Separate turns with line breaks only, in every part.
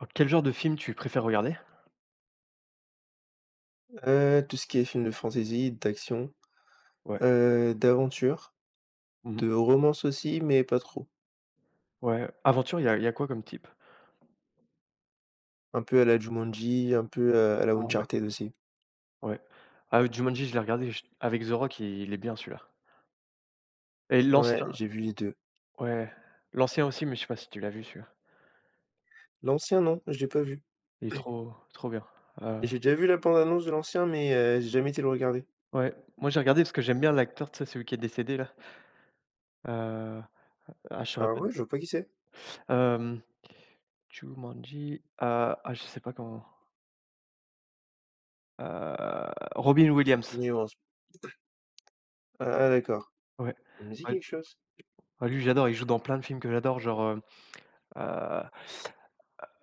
Oh, quel genre de film tu préfères regarder?
Tout ce qui est film de fantasy, d'action,
Ouais.
d'aventure,
Mmh.
de romance aussi, mais pas trop.
Ouais, aventure, il y a quoi comme type?
Un peu à la Jumanji, un peu, à la
Ah ouais,
Uncharted aussi.
ouais. Ah, Jumanji, je l'ai regardé j avec The Rock, il est bien celui-là. Et
Ouais,
l'ancien,
j'ai vu les deux.
ouais, l'ancien aussi, mais je sais pas si tu l'as vu celui-là.
L'ancien non, je l'ai pas vu.
Il est trop trop bien. Heu,
J'ai déjà vu la bande annonce de l'ancien, mais, j'ai jamais été le regarder.
ouais, moi j'ai regardé parce que j'aime bien l'acteur, tu sais, celui qui est décédé là. Heu, ah, je saurais
Ah
pas
ouais, je vois pas qui c'est.
te hem, Jumanji, ah, je sais pas comment, heu, Robin Williams.
Nuance. Ah ah d'accord,
Ouais,
on me dit
ouais,
quelque chose.
ouais, lui j'adore, il joue dans plein de films que j'adore, genre,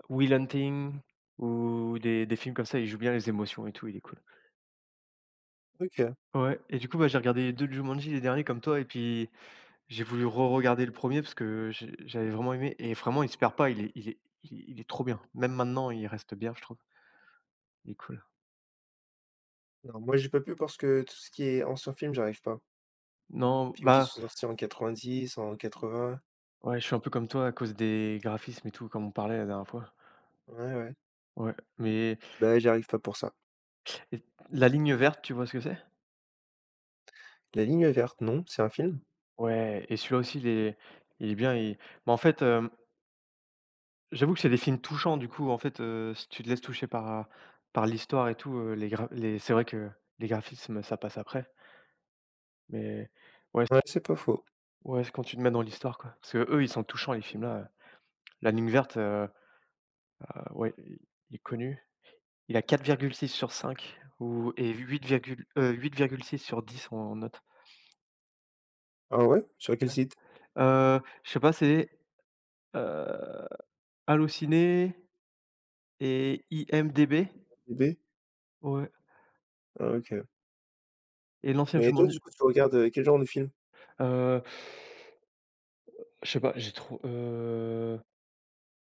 Will Hunting ou des films comme ça, il joue bien les émotions et tout, il est cool.
OK.
Ouais et du coup, bah, j'ai regardé les deux Jumanji, les derniers comme toi et puis j'ai voulu re-regarder le premier parce que j'avais vraiment aimé et vraiment il se perd pas, il est trop bien. Même maintenant, il reste bien, je trouve. Il est cool.
Non, moi j'ai pas pu parce que tout ce qui est ancien film j'arrive pas.
Non,
Films qui
bah,
sont sortis en 90, en 80.
ouais, je suis un peu comme toi à cause des graphismes et tout, comme on parlait la dernière fois.
Ouais, ouais.
Ouais, mais
Bah, j'arrive pas pour ça.
et La Ligne Verte, tu vois ce que c'est?
La Ligne verte, non, c'est un film?
Ouais et celui-là aussi, il est bien, il bah, en fait, hem j'avoue que c'est des films touchants du coup, en fait, si tu te laisses toucher par, l'histoire et tout, les gra les c'est vrai que les graphismes, ça passe après. Mais ouais,
Ouais,
c'est
c'est pas faux.
ouais, c'est quand tu te mets dans l'histoire, quoi. Parce que eux, ils sont touchants les films là, La Ligne verte, ah, ouais, il est connu. Il a 4,6 sur cinq ou et 8,6 sur 10 en note.
Ah ouais? Sur quel site?
Je sais pas, c'est, heu, Allociné et IMDb.
IMDb?
Ouais
Ah OK.
et l'ancien
Mais toi,
Jumanji.
du coup, tu regardes, quel genre de film?
Heu, je sais pas, j'ai trop.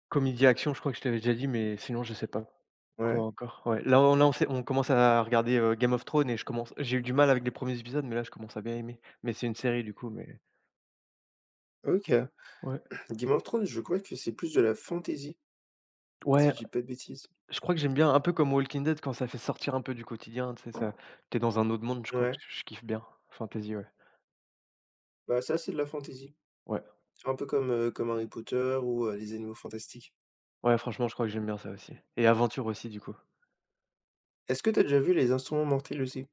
Comédie action, je crois que je t'avais déjà dit, mais sinon je sais pas quoi
Ouais,
encore. Ouais, là on là on s'est on commence à regarder, Game of Thrones et je commence j'ai eu du mal avec les premiers épisodes, mais là je commence à bien aimer. Mais c'est une série du coup, mais
OK.
ouais.
Game of Thrones, je crois que c'est plus de la fantasy si
Ouais,
je dis pas de bêtises.
je crois que j'aime bien un peu comme Walking Dead quand ça fait sortir un peu du quotidien, tu sais ça. T'es dans un autre monde, je crois que
Ouais,
je kiffe bien. Fantasy, ouais.
bah, ça, c'est de la fantasy.
Ouais.
C'est un peu comme, comme Harry Potter ou, les Animaux Fantastiques.
Ouais, franchement, je crois que j'aime bien ça aussi et aventure aussi du coup.
Est-ce que t'as déjà vu Les Instruments Mortels aussi?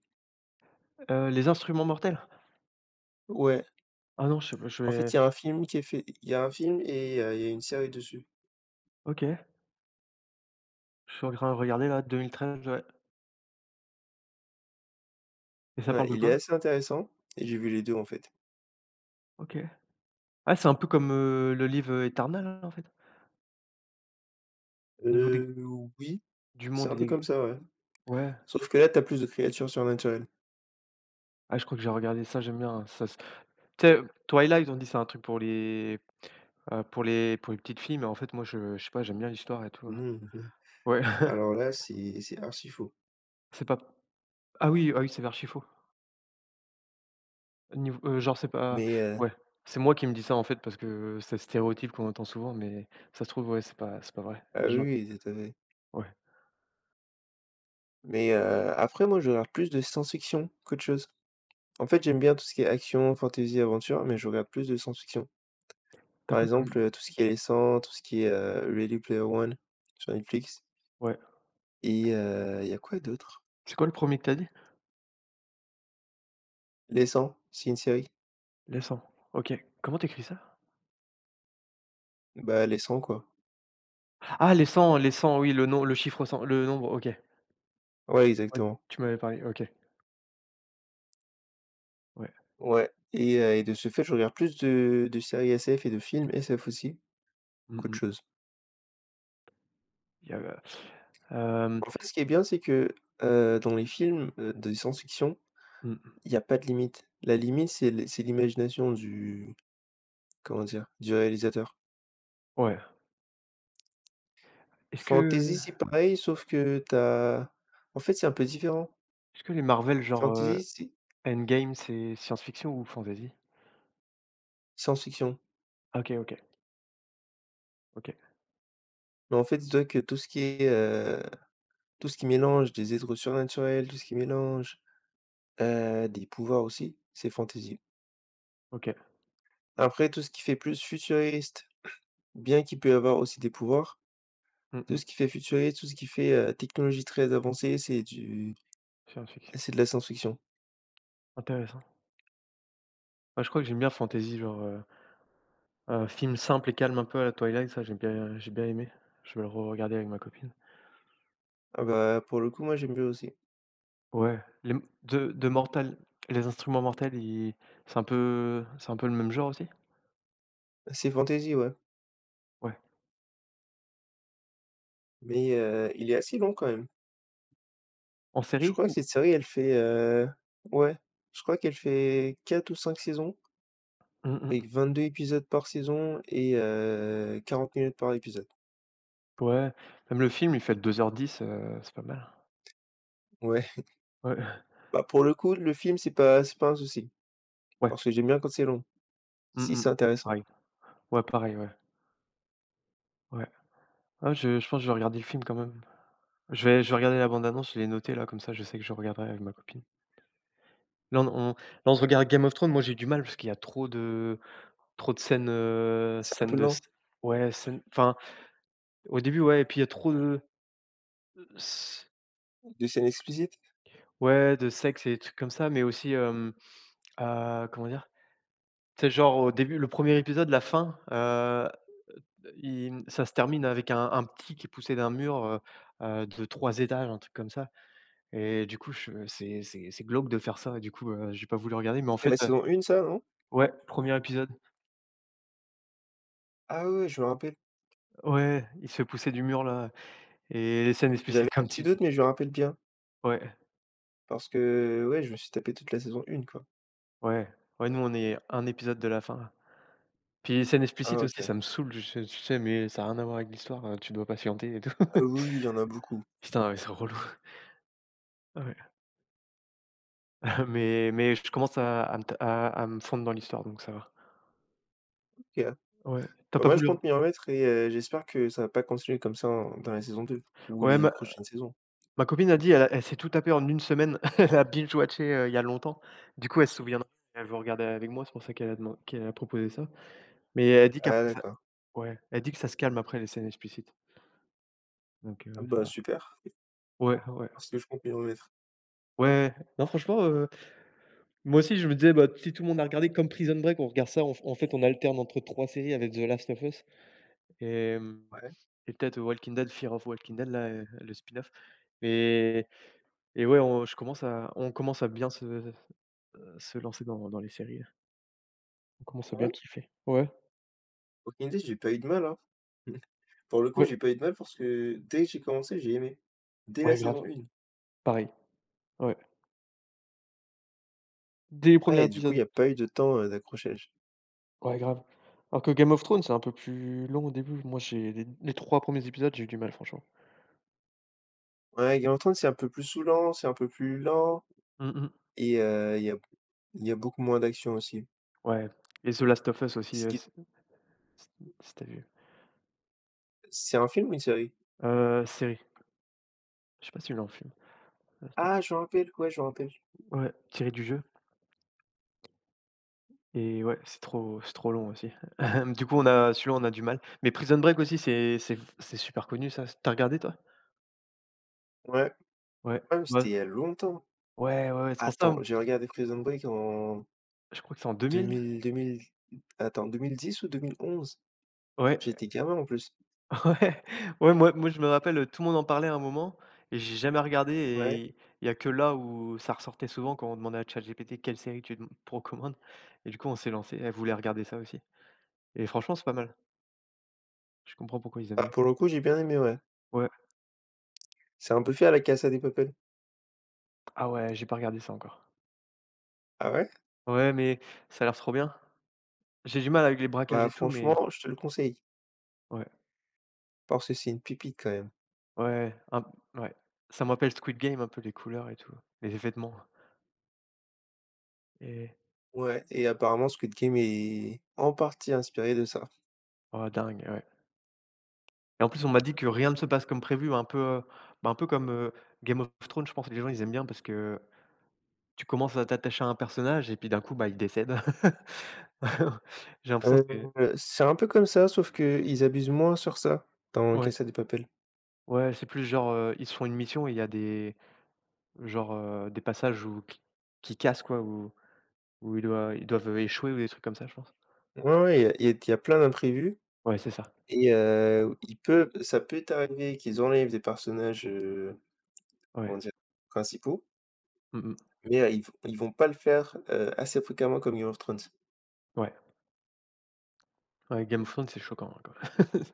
Les Instruments Mortels?
Ouais,
Ah non, je
en fait,
vais.
il y a un film et il y a une série dessus.
OK, je suis en train de regarder là, 2013, ouais, et ça
Ouais,
parle de
il est
quoi?
assez intéressant et j'ai vu les 2 en fait.
OK. Ah, c'est un peu comme, le livre, Eternal hein, en fait, au niveau des
euh oui,
du
c'est
monde
un
et
peu
des,
comme ça, ouais.
ouais.
Sauf que là, t'as plus de créatures surnaturelles.
Ah, je crois que j'ai regardé ça, j'aime bien, ça s tu sais, Twilight, on dit c'est un truc pour les, pour les petites filles, mais en fait, moi, je sais pas, j'aime bien l'histoire et tout.
Non, mmh.
Ouais,
Alors là, c'est archi faux.
c'est pas ah oui, ah oui, c'est Archifaux. Niveau, genre, c'est pas
Mais,
ouais, c'est moi qui me dis ça en fait parce que c'est le stéréotype qu'on entend souvent, mais ça se trouve, ouais, c'est pas vrai.
ah
Les gens,
oui, oui, tout à fait.
ouais.
Mais, après moi je regarde plus de science-fiction qu'autre chose. En fait, j'aime bien tout ce qui est action, fantasy, aventure, mais je regarde plus de science-fiction.
T'as
Par
quoi
exemple,
comme
tout ce qui est Les 100, tout ce qui est, Ready Player One sur Netflix
Ouais,
et il y a quoi d'autre?
c'est quoi le premier que t'as dit?
Les 100, c'est une série.
Laissant. OK. Comment t'écris ça?
Bah, Les 100 quoi.
Ah, les cent oui, le nom le chiffre 100 le nombre, OK.
Ouais,
Ouais,
exactement.
tu m'avais parlé, OK. Ouais.
Ouais et de ce fait, je regarde plus de séries SF et de films SF aussi
Mmh
qu'autre
mh.
chose.
Il y avait, hem,
En fait, ce qui est bien, c'est que, dans les films, de science-fiction,
mmh,
il n'y a pas de limite. La limite, c'est l'imagination du, comment dire, du réalisateur.
ouais. Est-ce que
Fantasy, c'est pareil, sauf que t'as. En fait, c'est un peu différent.
Est-ce que les Marvel genre,
Fantasy, c'est
Endgame, c'est science-fiction ou fantasy?
science-fiction.
Ah, OK, OK, OK,
Mais en fait, dis-toi que tout ce qui est, tout ce qui mélange des êtres surnaturels, tout ce qui mélange, des pouvoirs aussi, c'est fantasy.
OK.
Après, tout ce qui fait plus futuriste, bien qu'il peut y avoir aussi des pouvoirs.
Mmh
Tout
mh.
ce qui fait futuriste, tout ce qui fait, technologie très avancée,
Science-fiction.
c'est de la science-fiction.
Intéressant. Ouais, je crois que j'aime bien fantasy genre, un film simple et calme un peu à la Twilight, ça j'ai bien aimé. Je vais le re-regarder avec ma copine.
Ah bah, pour le coup, moi, j'aime bien aussi.
Ouais, les m de Mortal Les Instruments Mortels, ils c'est un peu le même genre aussi?
C'est fantasy, ouais,
Ouais.
mais il est assez long quand même.
En
Je
série?
crois que cette série, elle fait, ouais, je crois qu'elle fait 4 ou 5 saisons
Mmh mh.
avec 22 épisodes par saison et 40 minutes par épisode.
Ouais, même le film, il fait 2h10, c'est pas mal.
Ouais,
Ouais,
bah, pour le coup, le film, c'est pas un souci,
ouais.
parce que j'aime bien quand c'est long, si
Mmh mh.
c'est intéressant.
Pareil. Ouais, pareil, ouais. Ouais. Ah, je pense que je vais regarder le film quand même. Je vais regarder la bande annonce, je l'ai notée là, comme ça je sais que je regarderai avec ma copine. Là on se regarde Game of Thrones, moi j'ai du mal parce qu'il y a trop de scènes,
C'est un
scènes
peu
de s
lent,
ouais, scènes, enfin, au début, ouais, et puis il y a trop de s
de scènes explicites?
ouais, de sexe et des trucs comme ça, mais aussi, comment dire? Tu sais genre au début, le premier épisode, la fin, Il ça se termine avec un petit qui est poussé d'un mur, de 3 étages, un truc comme ça, et du coup, je c'est glauque de faire ça, et du coup, j'ai pas voulu regarder, mais en
C'est
fait,
la saison 1 ça, non?
ouais, premier épisode.
Ah ouais, ouais, je me rappelle.
Ouais, il se fait pousser du mur là, et les scènes
J'avais
explicites
un
comme
petit
tu dis.
doute, mais je me rappelle bien,
Ouais,
parce que, ouais, je me suis tapé toute la saison 1 quoi.
ouais, ouais, nous on est un épisode de la fin là. Puis les scènes
Ah
explicites aussi,
OK.
ça me saoule, je sais tu sais, mais ça a rien à voir avec l'histoire, tu dois patienter et tout.
Ah oui, oui, il y en a beaucoup.
Putain, ouais, c'est relou. Ouais, mais je commence à me fondre dans l'histoire donc ça va.
OK.
Ouais. T'as
Bah,
pas
moi, je
voulu
compte m'y remettre et j'espère que ça va pas continuer comme ça en dans la saison 2 ou
ouais,
les
ma
prochaines saisons.
Ma copine a dit, elle s'est tout tapé en une semaine. Elle a binge watché, il y a longtemps. Du coup, elle se souvient, elle veut regarder avec moi, c'est pour ça qu'elle a deman qu'elle a proposé ça. Mais elle dit
Ah
qu'après ça
d'accord.
Ouais, elle dit que ça se calme après les scènes explicites. Donc
Ah
ça
bah,
va.
super,
Ouais, ouais,
parce que je compte m'y remettre.
ouais. Non, franchement, moi aussi, je me disais: «Bah, si tout le monde a regardé comme Prison Break, on regarde ça». En fait, on alterne entre 3 séries avec The Last of Us et hem
Ouais.
et peut-être Walking Dead, Fear of Walking Dead, là, le spin-off, et et ouais, on commence à bien se lancer dans les séries. On commence
Ah
à bien
ouais?
kiffer. Ouais,
Aucune idée, j'ai pas eu de mal, hein. Pour le coup,
ouais,
j'ai pas eu de mal parce que dès que j'ai commencé, j'ai aimé. Dès la
ouais, grave,
saison 1.
pareil, ouais. Dès les premiers
Ouais, et du coup, il y
épisodes.
a pas eu de temps, d'accrochage.
Ouais, grave. Alors que Game of Thrones, c'est un peu plus long au début. Moi, j'ai les trois un épisodes, j'ai eu du mal, franchement.
Ouais, Game of Thrones, c'est un peu plus saoulant, c'est un peu plus lent
Mmh mh.
et il y a beaucoup moins d'action aussi.
Ouais, et The Last of Us aussi,
Ce qui
si tu vu?
C'est un film ou une série?
Série. Je sais pas si tu l'as en film. Last of
Ah,
Us.
je me rappelle, ouais, je me rappelle.
Ouais, tiré du jeu, et ouais, c'est trop long aussi. Du coup, on a celui-là, on a du mal. Mais Prison Break aussi, c'est super connu ça. T'as regardé toi?
Ouais,
Ouais.
ouais, mais
Bah,
c'était il y a longtemps.
ouais, ouais, ouais, c'est pour ça,
Attends, j'ai regardé Prison Break en
je crois que c'est en 2000.
2000 2000 attends, 2010 ou 2011?
Ouais.
J'étais gamin en plus.
Ouais, ouais, moi, je me rappelle, tout le monde en parlait à un moment, et j'ai jamais regardé,
Ouais.
et il y a que là où ça ressortait souvent quand on demandait à ChatGPT: «Quelle série tu dem recommandes?» Et du coup, on s'est lancé, elle voulait regarder ça aussi, et franchement, c'est pas mal. Je comprends pourquoi ils
Ah,
aimaient.
pour le coup, j'ai bien aimé, ouais.
Ouais.
C'est un peu fait à la Casa de Papel.
Ah ouais, j'ai pas regardé ça encore.
Ah ouais?
Ouais, mais ça a l'air trop bien. J'ai du mal avec les braquages
Bah,
et tout, mais
franchement, je te le conseille,
ouais,
parce que c'est une pépite quand même.
ouais, un ouais. Ça me rappelle Squid Game un peu, les couleurs et tout, les vêtements, et
Ouais, et apparemment, Squid Game est en partie inspiré de ça.
oh dingue, ouais. Et en plus, on m'a dit que rien ne se passe comme prévu, un peu, bah, un peu comme, Game of Thrones, je pense que les gens ils aiment bien parce que tu commences à t'attacher à un personnage et puis d'un coup, bah, il décède. J'ai l'impression que
Heu,
c'est
c'est un peu comme ça, sauf que ils abusent moins sur ça dans
Ouais,
Casa de Papel.
ouais, c'est plus genre, ils se font une mission et il y a des genre, des passages où qui cassent quoi, où ils doivent échouer ou des trucs comme ça, je pense.
Ouais, ouais, il y a plein d'imprévus
Ouais, c'est ça.
et ils peuvent ça peut t'arriver qu'ils enlèvent des personnages.
Ouais.
Comment dire? Principaux,
Mmh mh.
mais ils vont pas le faire, assez fréquemment comme Game of Thrones.
Ouais. Ouais, Game of Thrones, c'est choquant, hein, quand même.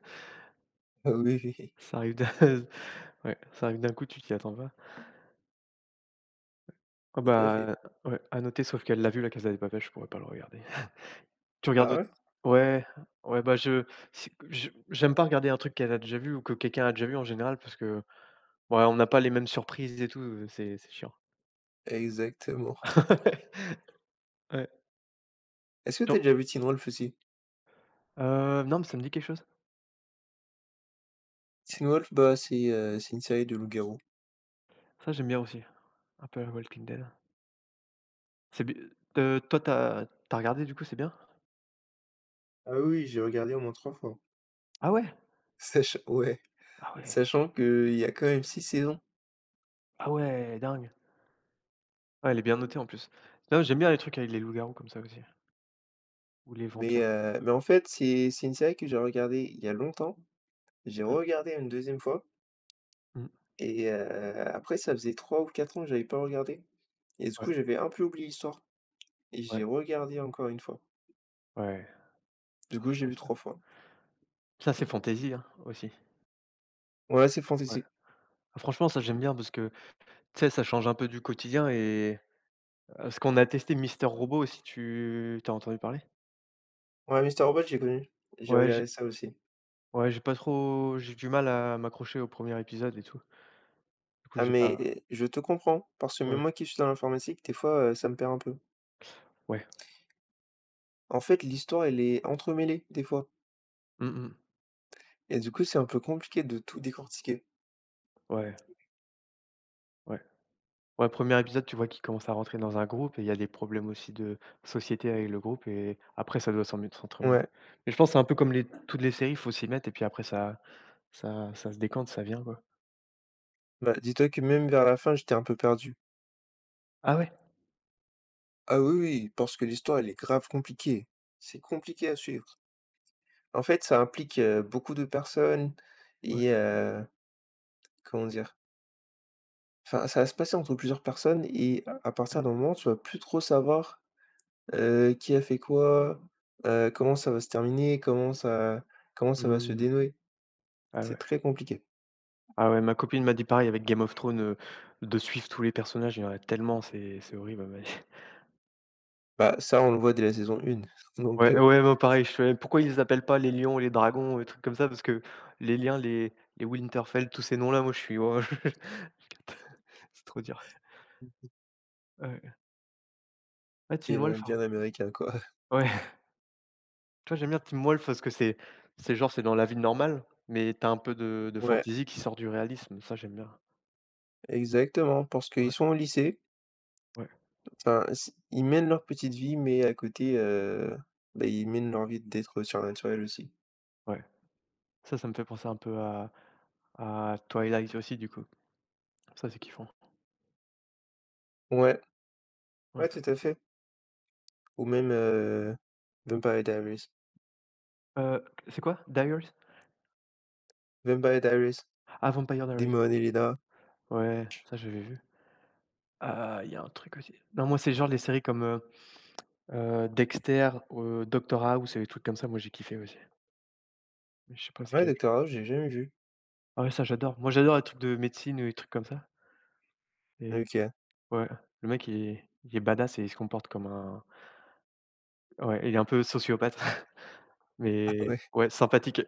Ah oui, oui, oui,
Ça arrive d'un ouais, ça arrive d'un coup, tu t'y attends pas. Ah
tout à fait.
bah, ouais, à noter, sauf qu'elle l'a vu La Casa des Papel, je pourrais pas le regarder. Tu regardes
Ah
autre
ouais?
Ouais, ouais, bah, je c'est que je j'aime pas regarder un truc qu'elle a déjà vu ou que quelqu'un a déjà vu en général parce que, ouais, on n'a pas les mêmes surprises et tout, c'est chiant.
Exactement.
Ouais.
Est-ce que t'as
Genre,
déjà vu Teen Wolf aussi?
non, mais ça me dit quelque chose.
Teen Wolf, bah, c'est une série de loups-garous.
Ça, j'aime bien aussi, un peu la Walking Dead. C'est b Toi, t'as regardé du coup, c'est bien?
Ah oui, j'ai regardé au moins 3 fois.
Ah ouais?
Sach ouais,
Ah ouais.
sachant qu'il y a quand même 6 saisons,
Ah ouais, dingue. Ouais, elle est bien notée en plus. Non, j'aime bien les trucs avec les loups-garous comme ça aussi, ou les
mais
vampires.
heu, mais en fait, c'est une série que j'ai regardée il y a longtemps. J'ai
Mmh,
regardé une deuxième fois
mmh,
et après ça faisait 3 ou 4 ans que j'avais pas regardé et du coup,
ouais,
j'avais un peu oublié l'histoire. Et j'ai
ouais,
regardé encore une fois.
ouais.
Du coup, j'ai
J'en
vu
sais rien.
3 fois.
Ça, c'est fantaisie, hein, aussi.
Ouais, c'est
Ouais.
fantastique.
Franchement, ça, j'aime bien parce que, tu sais, ça change un peu du quotidien, et ce qu'on a testé Mister Robot aussi, tu as entendu parler?
Ouais, Mister Robot, j'ai connu. J'ai
Ouais,
regardé
j'ai
ça aussi.
ouais, j'ai pas trop j'ai du mal à m'accrocher au premier épisode et tout. Du coup,
Ah
j'ai
mais,
pas,
je te comprends, parce que même
ouais,
moi qui suis dans l'informatique, des fois, ça me perd un peu.
ouais.
En fait, l'histoire, elle est entremêlée, des fois
Mmh mh.
et du coup, c'est un peu compliqué de tout décortiquer.
Ouais, ouais. Ouais, premier épisode, tu vois qu'il commence à rentrer dans un groupe et il y a des problèmes aussi de société avec le groupe et après ça doit s'entremêler.
Ouais,
Mais je pense que c'est un peu comme les toutes les séries, il faut s'y mettre et puis après ça se décante, ça vient, quoi.
bah, dis-toi que même vers la fin, j'étais un peu perdu.
Ah ouais?
Ah oui, oui, parce que l'histoire, elle est grave compliquée. C'est compliqué à suivre. En fait, ça implique, beaucoup de personnes
Ouais.
et comment dire? Enfin, ça va se passer entre plusieurs personnes et à partir
Mmh.
d'un moment, tu vas plus trop savoir, qui a fait quoi, comment ça va se terminer, comment ça va se
Mmh.
dénouer.
Ah
C'est
ouais.
très compliqué.
Ah ouais, ma copine m'a dit pareil avec Game of Thrones, de suivre tous les personnages, il y en a tellement, c'est horrible, mais
Bah, ça, on le voit dès la saison 1, donc
ouais, ouais, moi pareil, je fais: «Pourquoi ils les appellent pas les lions, les dragons, les trucs comme ça?» Parce que les liens, les Winterfell, tous ces noms-là, moi je suis: «Waouh!» C'est trop dur. Ouais. Ah Teen
des noms
Wolf, hein.
bien américains, quoi.
Ouais. Toi, j'aime bien Teen Wolf parce que c'est genre, c'est dans la vie normale, mais t'as un peu de
Ouais,
fantasy qui sort du réalisme, ça j'aime bien.
exactement, parce qu'ils
Ouais,
sont au lycée,
ouais,
enfin, s ils mènent leur petite vie, mais à côté, bah, ils mènent leur vie d'être surnaturel aussi.
ouais. Ça me fait penser un peu à Twilight aussi du coup. Ça, c'est kiffant.
Ouais,
Ouais.
ouais, tout à fait. Ou même, Vampire Diaries.
Heu, c'est quoi? Diaries?
Vampire Diaries,
Ah, Vampire Diaries.
Damon et Lena.
Ouais, ça j'avais vu. Il y a un truc aussi non, moi, c'est genre les séries comme, Dexter, Doctor House et les trucs comme ça, moi, j'ai kiffé aussi. Mais je sais pas c'est
Ouais,
quel.
Doctor House, j'ai jamais vu.
Ah ouais, ça j'adore. Moi, j'adore les trucs de médecine ou les trucs comme ça, et
OK.
ouais, le mec, il est badass et il se comporte comme un ouais, il est un peu sociopathe
Ah
mais
ouais.
ouais, sympathique.